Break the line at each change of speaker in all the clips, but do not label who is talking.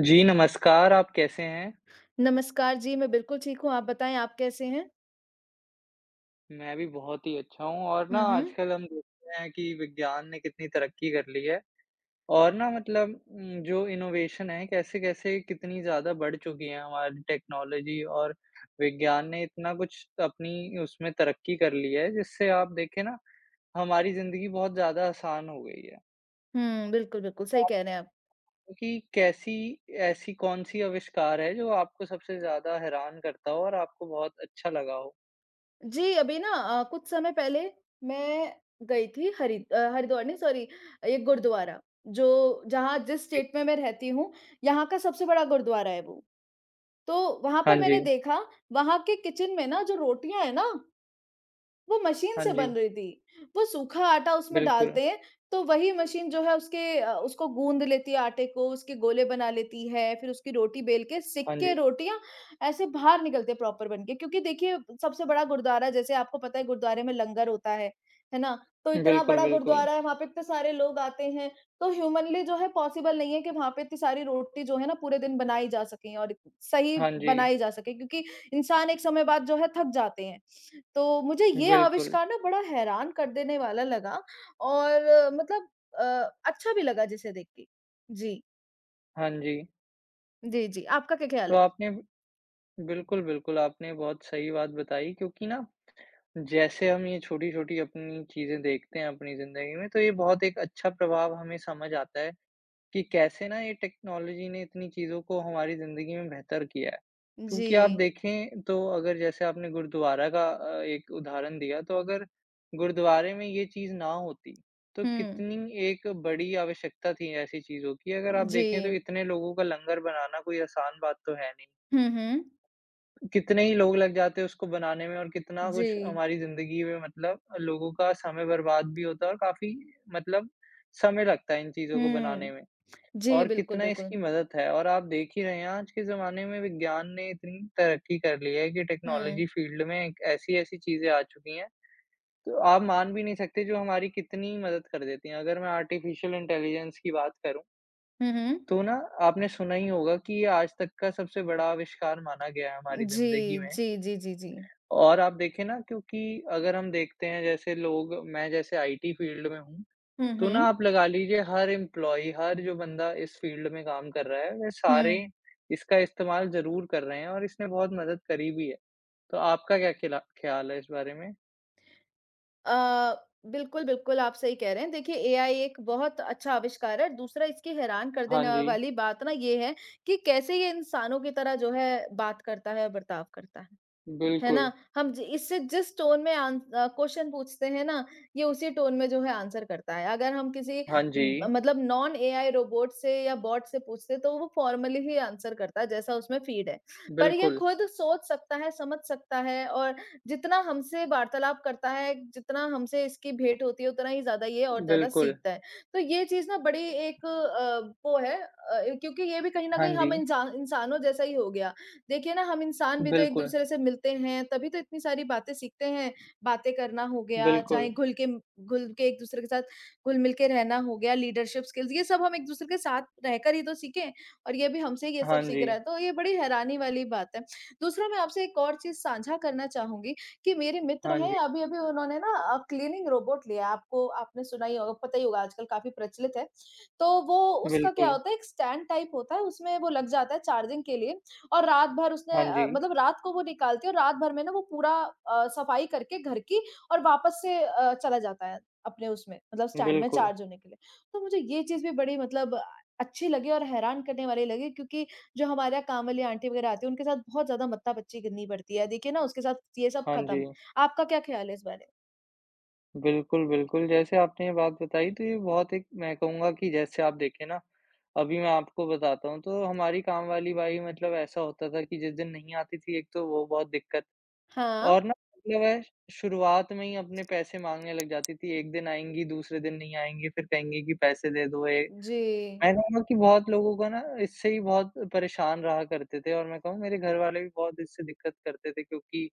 जी, नमस्कार। आप कैसे हैं?
नमस्कार जी, मैं बिल्कुल ठीक हूँ। आप बताएँ आप कैसे हैं?
मैं भी बहुत ही अच्छा हूँ और ना
हुँ, हुँ।
आजकल हम देखते हैं कि विज्ञान ने कितनी तरक्की कर ली है। और ना मतलब जो इनोवेशन है कैसे-कैसे कितनी ज़्यादा बढ़ चुकी है हमारी टेक्नोलॉजी। और विज्ञान ने इतना कुछ अपनी उसमें तरक्की कर ली है, जिससे आप देखें ना हमारी ज़िंदगी बहुत ज़्यादा आसान हो गई है।
हुँ, बिल्कुल, बिल्कुल सही कह रहे हैं
आपको
आप।
कि कैसी ऐसी कौन-सी आविष्कार है जो आपको सबसे ज़्यादा हैरान करता हो और आपको बहुत अच्छा लगा हो?
जी, अभी ना कुछ समय पहले मैं गई थी हरिद्वार नहीं सॉरी ये गुरुद्वारा जो जहाँ जिस
जी।
स्टेट में मैं रहती हूँ, यहाँ का सबसे बड़ा गुरुद्वारा है वो। तो वहाँ
हाँ
पर मैंने
जी,
देखा, वहाँ के किचन में ना जो रोटियाँ हैं ना वो मशीन
हाँ
से
जी।
बन रही थी। वो सूखा आटा उसमें
बिल्कुल,
डालते हैं, तो वही मशीन जो है उसके उसको गूँद लेती है आटे को, उसके गोले बना लेती है, फिर उसकी रोटी बेल के
हाँ जी।
सिक्के, रोटियाँ ऐसे बाहर निकलते हैं प्रॉपर बन के। क्योंकि देखिए सबसे बड़ा गुरुद्वारा जैसे आपको पता है गुरुद्वारे में लंगर होता है ना? तो इतना
बिल्कुल,
बड़ा
बिल्कुल।
गुरुद्वारा है, वहाँ पे इतने सारे लोग आते हैं, तो ह्यूमनली जो है पॉसिबल नहीं है कि वहाँ पे इतनी सारी रोटी जो है ना पूरे दिन बनाई जा सकें और सही
हाँ जी,
बनाई जा सके क्योंकि इंसान एक समय बाद जो है थक जाते हैं। तो मुझे ये
बिल्कुल।
आविष्कार ना बड़ा हैरान कर देने वाला लगा और अ, अच्छा भी लगा जिसे देख के। जी।
हाँ जी।
जी, जी, आपका क्या ख़्याल
तो
है?
आपने बिल्कुल, बिल्कुल आपने बहुत सही बात बताई, क्योंकि ना जैसे हम ये छोटी-छोटी अपनी चीज़ें देखते हैं अपनी ज़िंदगी में, तो ये बहुत एक अच्छा प्रभाव हमें समझ आता है। कि कैसे ना ये टेक्नोलॉजी ने इतनी चीज़ों को हमारी ज़िंदगी में बेहतर किया है।
जी।
क्योंकि आप देखें, तो अगर जैसे आपने गुरुद्वारा का एक उदाहरण दिया, तो अगर गुरुद्वारे में ये चीज़ ना होती, तो
हुँ।
कितनी एक बड़ी आवश्यकता थी ऐसी चीज़ों की। अगर आप
जी।
देखें तो इतने लोगों का लंगर बनाना कोई आसान बात तो है नहीं।
हुँ, हुँ।
कितने ही लोग लग जाते उसको बनाने में, और कितना
जी।
कुछ हमारी ज़िंदगी में मतलब लोगों का समय बर्बाद भी होता है, और काफ़ी मतलब समय लगता है इन चीज़ों को बनाने
हुँ।
में।
जी,
और
बिल्कुल,
कितना इसकी
बिल्कुल।
मदद है, और आप देख ही रहे हैं आज के ज़माने में विज्ञान ने इतनी तरक्की कर ली है कि
हुँ।
टेक्नोलॉजी फ़ील्ड में एक ऐसी-ऐसी चीज़ें आ चुकी हैं, तो आप मान भी नहीं सकते जो हमारी कितनी मदद कर देती हैं। अगर मैं आर्टिफ़िशियल इंटेलिजेंस की बात करूँ,
हुँ, हुँ।
तो ना आपने सुना ही होगा कि ये आज तक का सबसे बड़ा आविष्कार माना गया है हमारी
जी,
ज़िंदगी में।
जी, जी, जी, जी।
और आप देखें ना, क्योंकि अगर हम देखते हैं, जैसे लोग, मैं जैसे आईटी फ़ील्ड में हूँ,
हुँ,
तो ना
हुँ।
आप लगा लीजिए हर एम्प्लॉयी, हर जो बंदा इस फ़ील्ड में काम कर रहा है, वे
हुँ।
सारे इसका इस्तेमाल ज़रूर कर रहे हैं, और इसने बहुत मदद करी भी है। तो आपका क्या खिला ख़्याल है इस बारे में?
अ, बिल्कुल, बिल्कुल, आप सही कह रहे हैं। देखिए, एआई एक बहुत अच्छा आविष्कार है और दूसरा इसकी हैरान कर
हाँ
देने
जी,
वाली बात ना ये है कि कैसे ये इंसानों की तरह जो है बात करता है और बर्ताव करता है। है ना?
बिल्कुल।
हम ज इससे जिस टोन में क्वेश्चन पूछते हैं ना, ये उसी टोन में जो है आंसर करता है। अगर हम किसी
हाँ
म
जी,
मतलब नॉन एआई रोबोट से या बॉट से पूछते तो वो फॉर्मली ही आंसर करता है, जैसा उसमें फीड है। पर ये
बिल्कुल,
खुद सोच सकता है, समझ सकता है और जितना हमसे वार्तालाप करता है, जितना हमसे इसकी भेंट होती है, उतना ही ज़्यादा ये और ज़्यादा
बिल्कुल।
सीखता है। तो ये चीज़ ना बड़ी एक क्योंकि ये भी कहीं न
हाँ
कहीं
जी,
हम इंसान इंसानों जैसा ही हो गया। देखिए ना हम इंसान भी तो
बिल्कुल,
एक-दूसरे से मिलते हैं, तभी तो इतनी सारी बातें सीखते हैं। बातें करना हो गया,
बिल्कुल।
चाहे घुल के एक-दूसरे के साथ घुल-मिल के रहना हो गया, लीडरशिप स्किल्स ये सब हम एक-दूसरे के साथ रहकर ही तो सीखे और ये भी हमसे ये
हाँ
सब सीख
जी,
रहा है, तो ये बड़ी हैरानी वाली बात है। दूसरा मैं आपसे एक और चीज़ साझा करना चाहूँगी कि मेरे मित्र
हाँ जी,
हैं, अभी-अभी उन्होंने ना क्लीनिंग रोबोट लिया, आपको आपने सुना ही होगा, पता ही होगा आजकल काफ़ी प्रचलित है। तो वो उसका क्या
बिल्कुल।
होता है, एक स्टैंड टाइप होता है, उसमें वो लग जाता है चार्जिंग के लिए और रात भर उसने
हाँ जी,
मतलब रात को वो निकालती है और रात भर में ना वो पूरा सफाई करके घर की और वापस से चला जाता है अपने उसमें मतलब स्टैंड में
बिल्कुल।
चार्ज होने के लिए। तो मुझे ये चीज़ भी बड़ी मतलब अच्छी लगी और हैरान करने वाली लगी क्योंकि जो हमारे यहाँ काम वाली आंटी वगैरह आती है उनके साथ बहुत ज़्यादा मत्था-पच्ची करनी पड़ती है। देखिए ना उसके साथ ये सब
हाँ
खत्म।
जी,
आपका क्या ख़्याल है इस बारे?
बिल्कुल, बिल्कुल। जैसे आपने ये बात बताई, तो ये बहुत एक मैं कहूँगा कि जैसे आप देखें ना, अभी मैं आपको बताता हूँ, तो हमारी काम वाली बाई मतलब ऐसा होता था कि जिस दिन नहीं आती थी एक, तो वो बहुत दिक्कत।
हाँ।
और ना मतलब है, शुरुआत में ही अपने पैसे माँगने लग जाती थी। एक दिन आएँगी, दूसरे दिन नहीं आएँगी, फिर कहेंगी कि पैसे दे दो, ए
जी।
मैं कहूँगा कि बहुत लोगों का ना, इससे ही बहुत परेशान रहा करते थे। और मैं कहूँ, मेरे घरवाले भी बहुत इससे दिक्कत करते थे, क्योंकि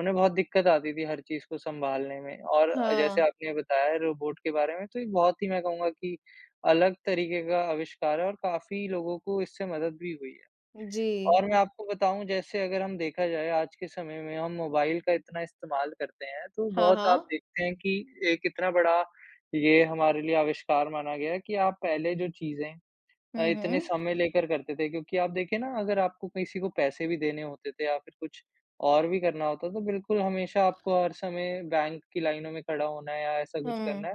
उन्हें बहुत दिक्कत आती थी हर चीज़ को सँभालने में। और जैसे
हाँ।
आपने बताया रोबोट के बारे में, तो ये बहुत ही मैं कहूँगा कि अलग तरीके का आविष्कार है, और काफ़ी लोगों को इससे मदद भी हुई है।
जी।
और मैं आपको बताऊँ, जैसे अगर हम देखा जाए आज के समय में हम मोबाइल का इतना इस्तेमाल करते हैं, तो
हाँ,
बहुत आप
हाँ।
देखते हैं कि एक इतना बड़ा ये हमारे लिए आविष्कार माना गया है, कि आप पहले जो चीज़ें
हुँ,
इतने
हुँ।
समय लेकर करते थे, क्योंकि आप देखिए ना, अगर आपको किसी को पैसे भी देने होते थे या फिर कुछ और भी करना होता, तो बिल्कुल हमेशा आपको हर समय बैंक की लाइनों में खड़ा होना है या ऐसा कुछ करना
हुँ।
है,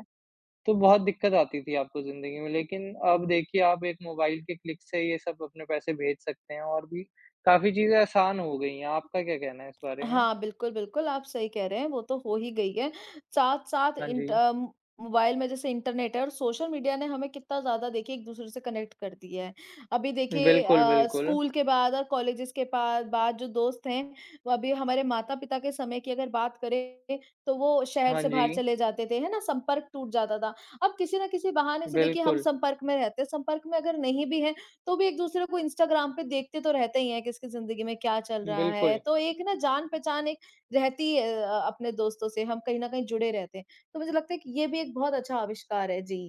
तो बहुत दिक्कत आती थी आपको ज़िंदगी में। लेकिन अब देखिए, आप एक मोबाइल के क्लिक से ये सब अपने पैसे भेज सकते हैं, और भी काफ़ी चीज़ें आसान हो गई हैं। आपका क्या कहना है इस बारे में?
हाँ, बिल्कुल, बिल्कुल, आप सही कह रहे हैं, वो तो हो ही गई है। साथ-साथ
हाँ जी।
मोबाइल में जैसे इंटरनेट है और सोशल मीडिया ने हमें कितना ज़्यादा देखिए एक-दूसरे से कनेक्ट कर दिया है। अभी देखिए
बिल्कुल, बिल्कुल।
स्कूल के बाद और कॉलेजेस के पा बाद जो दोस्त हैं, वो अभी हमारे माता-पिता के समय की अगर बात करें, तो वो शहर
हाँ
से
जी।
बाहर चले जाते थे, है ना? संपर्क टूट जाता था। अब किसी न किसी बहाने से देखिए हम
बिल्कुल,
संपर्क में रहते हैं, संपर्क में अगर नहीं भी हैं, तो भी एक-दूसरे को इंस्टाग्राम पे देखते तो रहते ही हैं, किसकी ज़िंदगी में क्या चल रहा है।
बिल्कुल।
तो एक ना जान-पहचान एक रहती है अपने दोस्तों से, हम कहीं न कहीं जुड़े रहते हैं। तो मुझे लगता है कि ये भी एक बहुत अच्छा आविष्कार है। जी।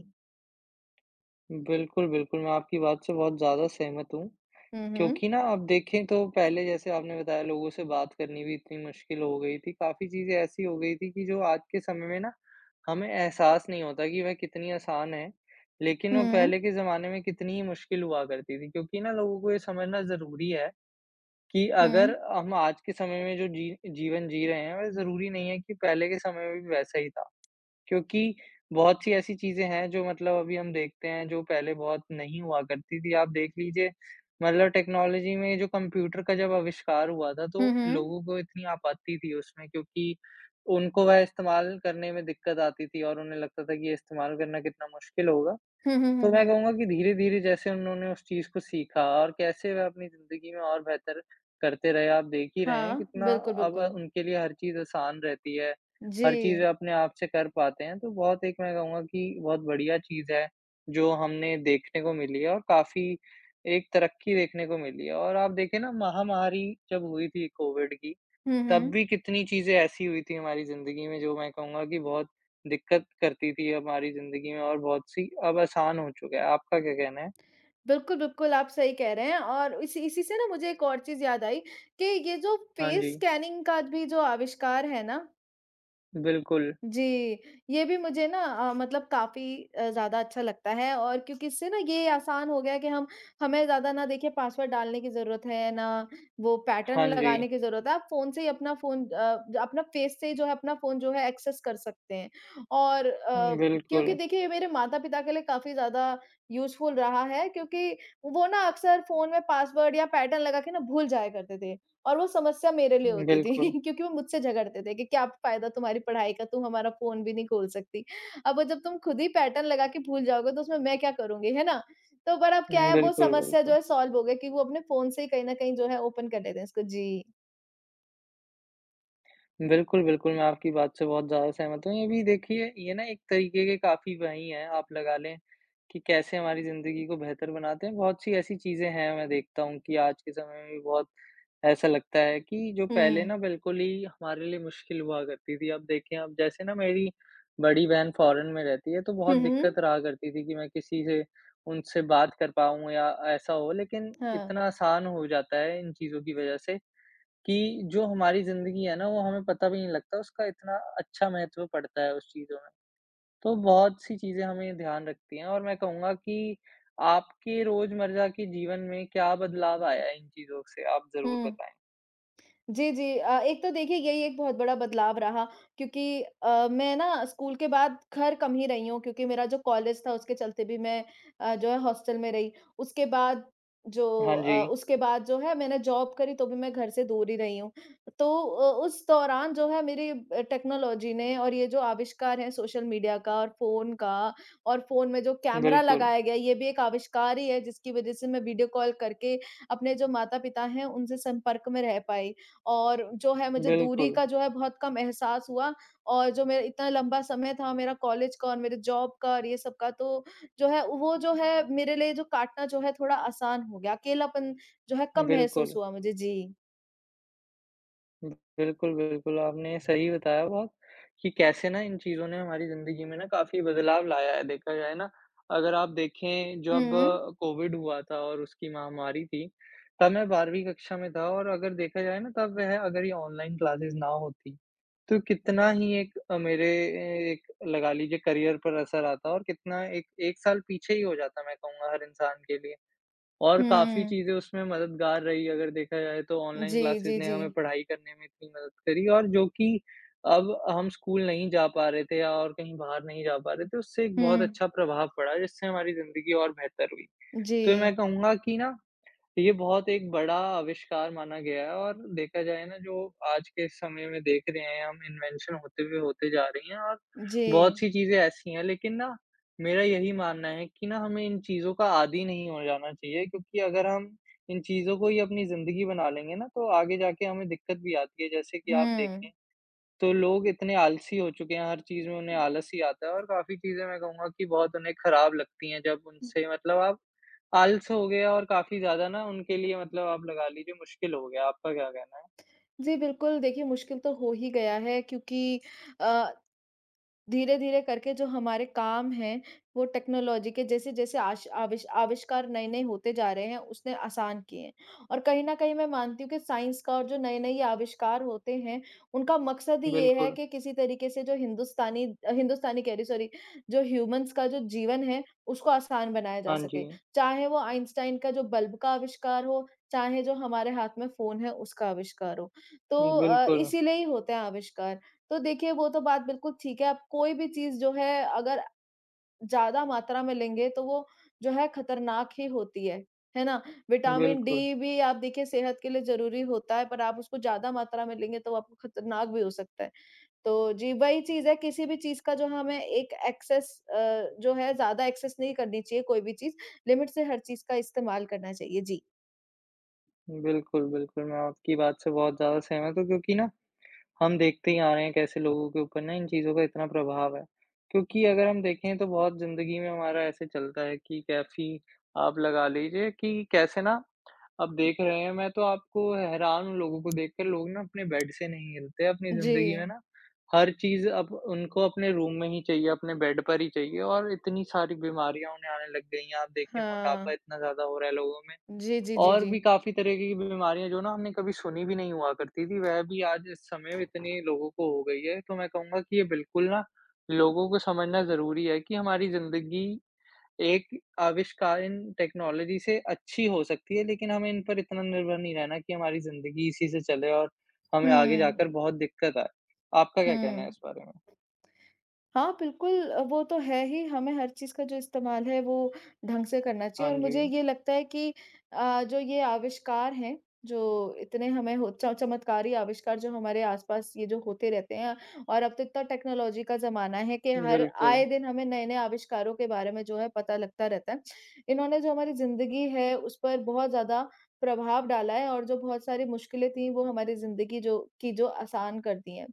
बिल्कुल, बिल्कुल, मैं आपकी बात से बहुत ज़्यादा सहमत हूँ।
हुँ, हुँ।
क्योंकि ना आप देखें, तो पहले जैसे आपने बताया, लोगों से बात करनी भी इतनी मुश्किल हो गई थी। काफ़ी चीज़ें ऐसी हो गई थी कि जो आज के समय में ना हमें एहसास नहीं होता कि वह कितनी आसान है, लेकिन
हुँ,
वो
हुँ।
पहले के ज़माने में कितनी ही मुश्किल हुआ करती थी। क्योंकि ना लोगों को ये समझना ज़रूरी है कि अगर हम आज के समय में जो जी जीवन जी रहे हैं, वह ज़रूरी नहीं है कि पहले के समय में भी वैसा ही था। क्योंकि बहुत सी ऐसी चीज़ें हैं जो मतलब अभी हम देखते हैं, जो पहले बहुत नहीं हुआ करती थी। आप देख लीजिए, मतलब टेक्नोलॉजी में जो कंप्यूटर का जब आविष्कार हुआ था,
हुँ,
तो
हुँ।
लोगों को इतनी आपत्ति थी उसमें, क्योंकि उनको वह इस्तेमाल करने में दिक्कत आती थी, और उन्हें लगता था कि ये इस्तेमाल करना कितना मुश्किल होगा।
हुँ, हुँ, हुँ,
तो मैं
हुँ।
कहूँगा कि धीरे-धीरे जैसे उन्होंने उस चीज़ को सीखा, और कैसे वह अपनी ज़िंदगी में और बेहतर करते रहे। आप देख ही रहे हैं
हाँ,
कितना
बिल्कुल,
अब
बिल्कुल।
उनके लिए हर चीज़ आसान रहती है,
जी।
हर चीज़ वह अपने आप से कर पाते हैं। तो बहुत एक मैं कहूँगा कि बहुत बढ़िया चीज़ है, जो हमने देखने को मिली है, और काफ़ी एक तरक्की देखने को मिली है। और आप देखें ना, महामारी जब हुई थी कोविड की,
हुँ,
तब
हुँ।
भी कितनी चीज़ें ऐसी हुई थी हमारी ज़िंदगी में, जो मैं कहूँगा कि बहुत दिक्कत करती थी हमारी ज़िंदगी में, और बहुत-सी अब आसान हो चुका है। आपका क्या कहना है?
बिल्कुल, बिल्कुल, आप सही कह रहे हैं और इसी इसी से ना मुझे एक और चीज़ याद आई कि ये जो
हाँ
फेस
जी,
स्कैनिंग का भी जो आविष्कार है ना
बिल्कुल।
जी, ये भी मुझे ना मतलब काफ़ी ज़्यादा अच्छा लगता है और क्योंकि इससे ना ये आसान हो गया कि हम हमें ज़्यादा ना देखिए पासवर्ड डालने की ज़रूरत है, ना वो
हाँ
पैटर्न
जी।
लगाने की ज़रूरत है। आप फ़ोन से ही अपना फेस से ही जो है अपना फ़ोन जो है एक्सेस कर सकते हैं। और
हुँ,
क्योंकि
बिल्कुल।
देखिए ये मेरे माता-पिता के लिए काफ़ी ज़्यादा यूज़फुल रहा है क्योंकि वो ना अक्सर फ़ोन में पासवर्ड या पैटर्न लगा के ना भूल जाया करते थे। और वो समस्या मेरे लिए होती थी
बिल्कुल।
क्योंकि वो मुझसे झगड़ते थे कि क्या फ़ायदा तुम्हारी पढ़ाई का, तुम हमारा फ़ोन भी नहीं खोल सकती। अब वो जब तुम खुद ही पैटर्न लगा के भूल जाओगे तो उसमें मैं क्या करूँगी, है ना? तो पर अब क्या
हुँ,
है वो
बिल्कुल,
समस्या जो
बिल्कुल।
है सॉल्व हो गई कि वो अपने फ़ोन से ही कहीं न कहीं जो है ओपन कर लेते हैं इसको। जी।
बिल्कुल, बिल्कुल, मैं आपकी बात से बहुत ज़्यादा सहमत हूँ। ये भी देखिए, ये ना एक तरीके के काफ़ी वही हैं, आप लगा लें कि कैसे हमारी ज़िंदगी को बेहतर बनाते हैं। बहुत-सी ऐसी चीज़ें हैं, मैं देखता हूँ कि आज के समय में भी बहुत ऐसा लगता है कि जो पहले ना
हुँ।
बिल्कुल ही हमारे लिए मुश्किल हुआ करती थी। अब देखें, अब जैसे ना मेरी बड़ी बहन फ़ॉरेन में रहती है, तो
हुँ,
बहुत दिक्कत
हुँ।
रहा करती थी कि मैं किसी से उनसे बात कर पाऊँ या ऐसा हो। लेकिन
हाँ।
इतना आसान हो जाता है इन चीज़ों की वज़ह से कि जो हमारी ज़िंदगी है ना, वो हमें पता भी नहीं लगता, उसका इतना अच्छा महत्व पड़ता है उस चीज़ों में। तो बहुत-सी चीज़ें हमें ध्यान रखती हैं, और मैं कहूँगा कि आपके रोज़मर्रा के जीवन में क्या बदलाव आया है इन चीज़ों से? आप ज़रूर
हुँ।
बताएँ।
जी, जी। एक तो देखिए यही एक बहुत बड़ा बदलाव रहा क्योंकि मैं ना स्कूल के बाद घर कम ही रही हूँ क्योंकि मेरा जो कॉलेज था उसके चलते भी मैं जो है हॉस्टल में रही। उसके बाद जो
हाँ जी,
उसके बाद जो है मैंने जॉब करी तो भी मैं घर से दूर ही रही हूँ। तो उस दौरान जो है मेरी टेक्नोलॉजी ने और ये जो आविष्कार है सोशल मीडिया का और फ़ोन में जो कैमरा
बिल्कुल,
लगाया गया ये भी एक आविष्कार ही है जिसकी वज़ह से मैं वीडियो कॉल करके अपने जो माता-पिता हैं उनसे संपर्क में रह पाई। और जो है मुझे दूरी
बिल्कुल,
का जो है बहुत कम एहसास हुआ और जो मेरा इतना लंबा समय था मेरा कॉलेज का और मेरे जॉब का और ये सब का तो जो है वो जो है मेरे लिए जो काटना जो है थोड़ा आसान हो गया। अकेलापन जो है कम
बिल्कुल,
महसूस हुआ मुझे। जी।
बिल्कुल, बिल्कुल, आपने सही बताया बहुत, कि कैसे ना इन चीज़ों ने हमारी ज़िंदगी में ना काफ़ी बदलाव लाया है, देखा जाए ना। अगर आप देखें, जब
हुँ।
कोविड हुआ था और उसकी महामारी थी, तब मैं 12वीं कक्षा में था, और अगर देखा जाए ना, तब वह अगर ये ऑनलाइन क्लासेस ना होती, तो कितना ही एक मेरे ए एक लगा लीजिए करियर पर असर आता, और कितना एक 1 साल पीछे ही हो जाता, मैं कहूँगा हर इंसान के लिए। और काफ़ी
हुँ।
चीज़ें उसमें मददगार रही, अगर देखा जाए तो ऑनलाइन
जी,
क्लासेस
जी,
ने
जी।
हमें पढ़ाई करने में इतनी मदद करी, और जो कि अब हम स्कूल नहीं जा पा रहे थे या और कहीं बाहर नहीं जा पा रहे थे, उससे एक
हुँ।
बहुत अच्छा प्रभाव पड़ा, जिससे हमारी ज़िंदगी और बेहतर हुई।
जी।
तो मैं कहूँगा कि ना, तो ये बहुत एक बड़ा आविष्कार माना गया है, और देखा जाए ना, जो आज के समय में देख रहे हैं, हम इन्वेंशन होते हुए होते जा रही हैं, और
जी।
बहुत सी चीज़ें ऐसी हैं, लेकिन ना मेरा यही मानना है कि ना हमें इन चीज़ों का आदी नहीं हो जाना चाहिए, क्योंकि अगर हम इन चीज़ों को ही अपनी ज़िंदगी बना लेंगे ना, तो आगे जाके हमें दिक्कत भी आती है। जैसे कि आप
हुँ।
देखें, तो लोग इतने आलसी हो चुके हैं, हर चीज़ में उन्हें आलस ही आता है, और काफ़ी चीज़ें मैं कहूँगा कि बहुत उन्हें खराब लगती हैं, जब उनसे मतलब आप आलस हो गया, और काफ़ी ज़्यादा ना उनके लिए मतलब आप लगा लीजिए मुश्किल हो गया। आपका क्या कहना है?
जी, बिल्कुल देखिए मुश्किल तो हो ही गया है क्योंकि अ धीरे-धीरे करके जो हमारे काम हैं, वो टेक्नोलॉजी के जैसे-जैसे आश आविष आविष्कार नए-नए होते जा रहे हैं, उसने आसान किए हैं। और कहीं न कहीं मैं मानती हूँ कि साइंस का और जो नए-नए ये आविष्कार होते हैं, उनका मकसद ही ये है
बिल्कुल।
कि किसी तरीके से जो हिंदुस्तानी कह रही हूँ सॉरी, जो ह्यूमन्स का जो जीवन है, उसको आसान बनाया जा
हाँ जी।
सके। चाहे वो आइंस्टाइन का जो बल्ब का आविष्कार हो, चाहे जो हमारे हाथ में फ़ोन है, उसका आविष्कार हो। तो
बिल्कुल,
इसीलिए ही होते हैं आविष्कार। तो देखिए वो तो बात बिल्कुल ठीक है, आप कोई भी चीज़ जो है अगर ज़्यादा मात्रा में लेंगे तो वो जो है खतरनाक ही होती है ना? विटामिन
बिल्कुल,
डी भी आप देखिए सेहत के लिए ज़रूरी होता है, पर आप उसको ज़्यादा मात्रा में लेंगे तो वो आपको खतरनाक भी हो सकता है। तो जी, वही चीज़ है किसी भी चीज़ का जो हमें एक एक्सेस जो है ज़्यादा एक्सेस नहीं करनी चाहिए कोई भी चीज़, लिमिट से हर चीज़ का इस्तेमाल करना चाहिए। जी।
बिल्कुल, बिल्कुल, मैं आपकी बात से बहुत ज़्यादा सहमत हूँ, क्योंकि ना हम देखते ही आ रहे हैं कैसे लोगों के ऊपर ना इन चीज़ों का इतना प्रभाव है। क्योंकि अगर हम देखें, तो बहुत ज़िंदगी में हमारा ऐसे चलता है कि कैफ़ी आप लगा लीजिए कि कैसे ना, अब देख रहे हैं मैं तो आपको हैरान हूँ लोगों को देखकर, लोग ना अपने बेड से नहीं हिलते अपनी
जी।
ज़िंदगी में ना। हर चीज़ अब उनको अपने रूम में ही चाहिए, अपने बेड पर ही चाहिए, और इतनी सारी बीमारियाँ उन्हें आने लग गई हैं। आप देखिए, मोटापा
हाँ।
इतना ज़्यादा हो रहा है लोगों में।
जी, जी, जी,
और
जी।
भी काफ़ी तरह की बीमारियाँ जो ना हमने कभी सुनी भी नहीं हुआ करती थी, वह भी आज इस समय इतने लोगों को हो गई है। तो मैं कहूँगा कि ये बिल्कुल ना, लोगों को समझना ज़रूरी है कि हमारी ज़िंदगी एक आविष्कार इन टेक्नोलॉजी से अच्छी हो सकती है, लेकिन हमें इन पर इतना निर्भर नहीं रहना कि हमारी ज़िंदगी इसी से चले, और हमें आगे
हुँ।
जाकर बहुत दिक्कत आए। आपका क्या कहना है
हुँ।
इस बारे में?
हाँ, बिल्कुल वो तो है ही, हमें हर चीज़ का जो इस्तेमाल है वो ढंग से करना
हाँ
चाहिए और
जी।
मुझे ये लगता है कि जो ये आविष्कार हैं, जो इतने हमें हो च चमत्कारी आविष्कार जो हमारे आस-पास ये जो होते रहते हैं और अब तो इतना टेक्नोलॉजी का ज़माना है कि हर
बिल्कुल,
आए दिन हमें नए-नए आविष्कारों के बारे में जो है पता लगता रहता है। इन्होंने जो हमारी ज़िंदगी है, उस पर बहुत ज़्यादा प्रभाव डाला है और जो बहुत सारी मुश्किलें थीं, वो हमारी ज़िंदगी जो की जो आसान कर दी हैं।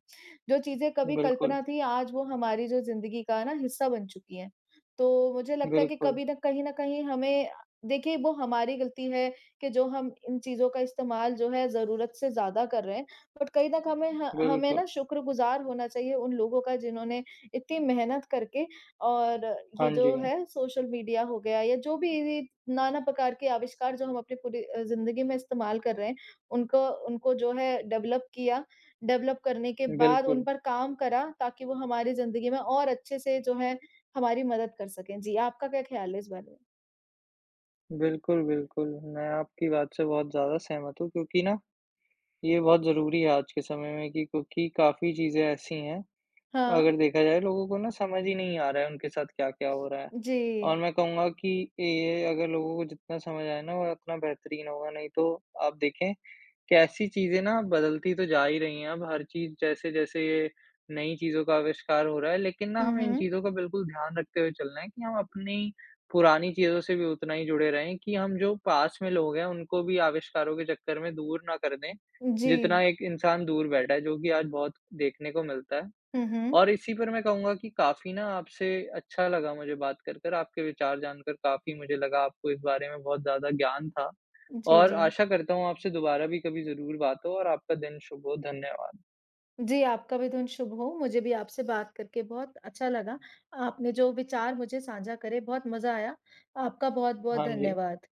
जो चीज़ें कभी
बिल्कुल,
कल्पना थी, आज वो हमारी जो ज़िंदगी का ना हिस्सा बन चुकी हैं। तो मुझे लगता है कि
बिल्कुल,
कभी न कहीं न कहीं हमें देखिए वो हमारी गलती है कि जो हम इन चीज़ों का इस्तेमाल जो है ज़रूरत से ज़्यादा कर रहे हैं। बट कहीं न हमें ह हमें
बिल्कुल।
ना शुक्रगुज़ार होना चाहिए उन लोगों का जिन्होंने इतनी मेहनत करके और
हाँ
ये
जी,
जो है सोशल मीडिया हो गया या जो भी ये नाना प्रकार के आविष्कार जो हम अपनी पूरी ज़िंदगी में इस्तेमाल कर रहे हैं, उनको उनको जो है डेवलप करने के बाद उन
बिल्कुल।
पर काम करा ताकि वो हमारी ज़िंदगी में और अच्छे से जो है हमारी मदद कर सकें। जी, आपका क्या ख़्याल है इस बारे में?
बिल्कुल, बिल्कुल। मैं आपकी बात से बहुत ज़्यादा सहमत हूँ क्योंकि ना, ये बहुत ज़रूरी है आज के समय में कि, क्योंकि काफ़ी चीज़ें ऐसी हैं,
हाँ।
अगर देखा जाए लोगों को ना समझ ही नहीं आ रहा है उनके साथ क्या-क्या हो रहा है।
जी।
और मैं कहूँगा कि ये अगर लोगों को जितना समझ आए ना, वो उतना बेहतरीन होगा, नहीं तो आप देखें कैसी चीज़ें ना बदलती तो जा ही रही हैं अब, हर चीज़ जैसे-जैसे ये नई चीज़ों का आविष्कार हो रहा है, लेकिन ना
हुँ,
हमें इन
हुँ।
चीज़ों का बिल्कुल ध्यान रखते हुए चलना है, कि हम अपनी पुरानी चीज़ों से भी उतना ही जुड़े रहें, कि हम जो पास में लोग हैं उनको भी आविष्कारों के चक्कर में दूर ना कर दें,
जी।
जितना एक इंसान दूर बैठा है, जो कि आज बहुत देखने को मिलता है।
हुँ, हुँ।
और इसी पर मैं कहूँगा कि काफ़ी ना, आपसे अच्छा लगा मुझे बात कर कर, आपके विचार जानकर, काफ़ी मुझे लगा आपको इस बारे में बहुत ज़्यादा ज्ञान था,
जी,
और
जी।
आशा करता हूँ आपसे दोबारा भी कभी ज़रूर बात हो, और आपका दिन शुभ हो। धन्यवाद।
जी, आपका भी दिन शुभ हो। मुझे भी आपसे बात करके बहुत अच्छा लगा। आपने जो विचार मुझे साझा करे बहुत मज़ा आया। आपका बहुत-बहुत
हाँ जी।
धन्यवाद।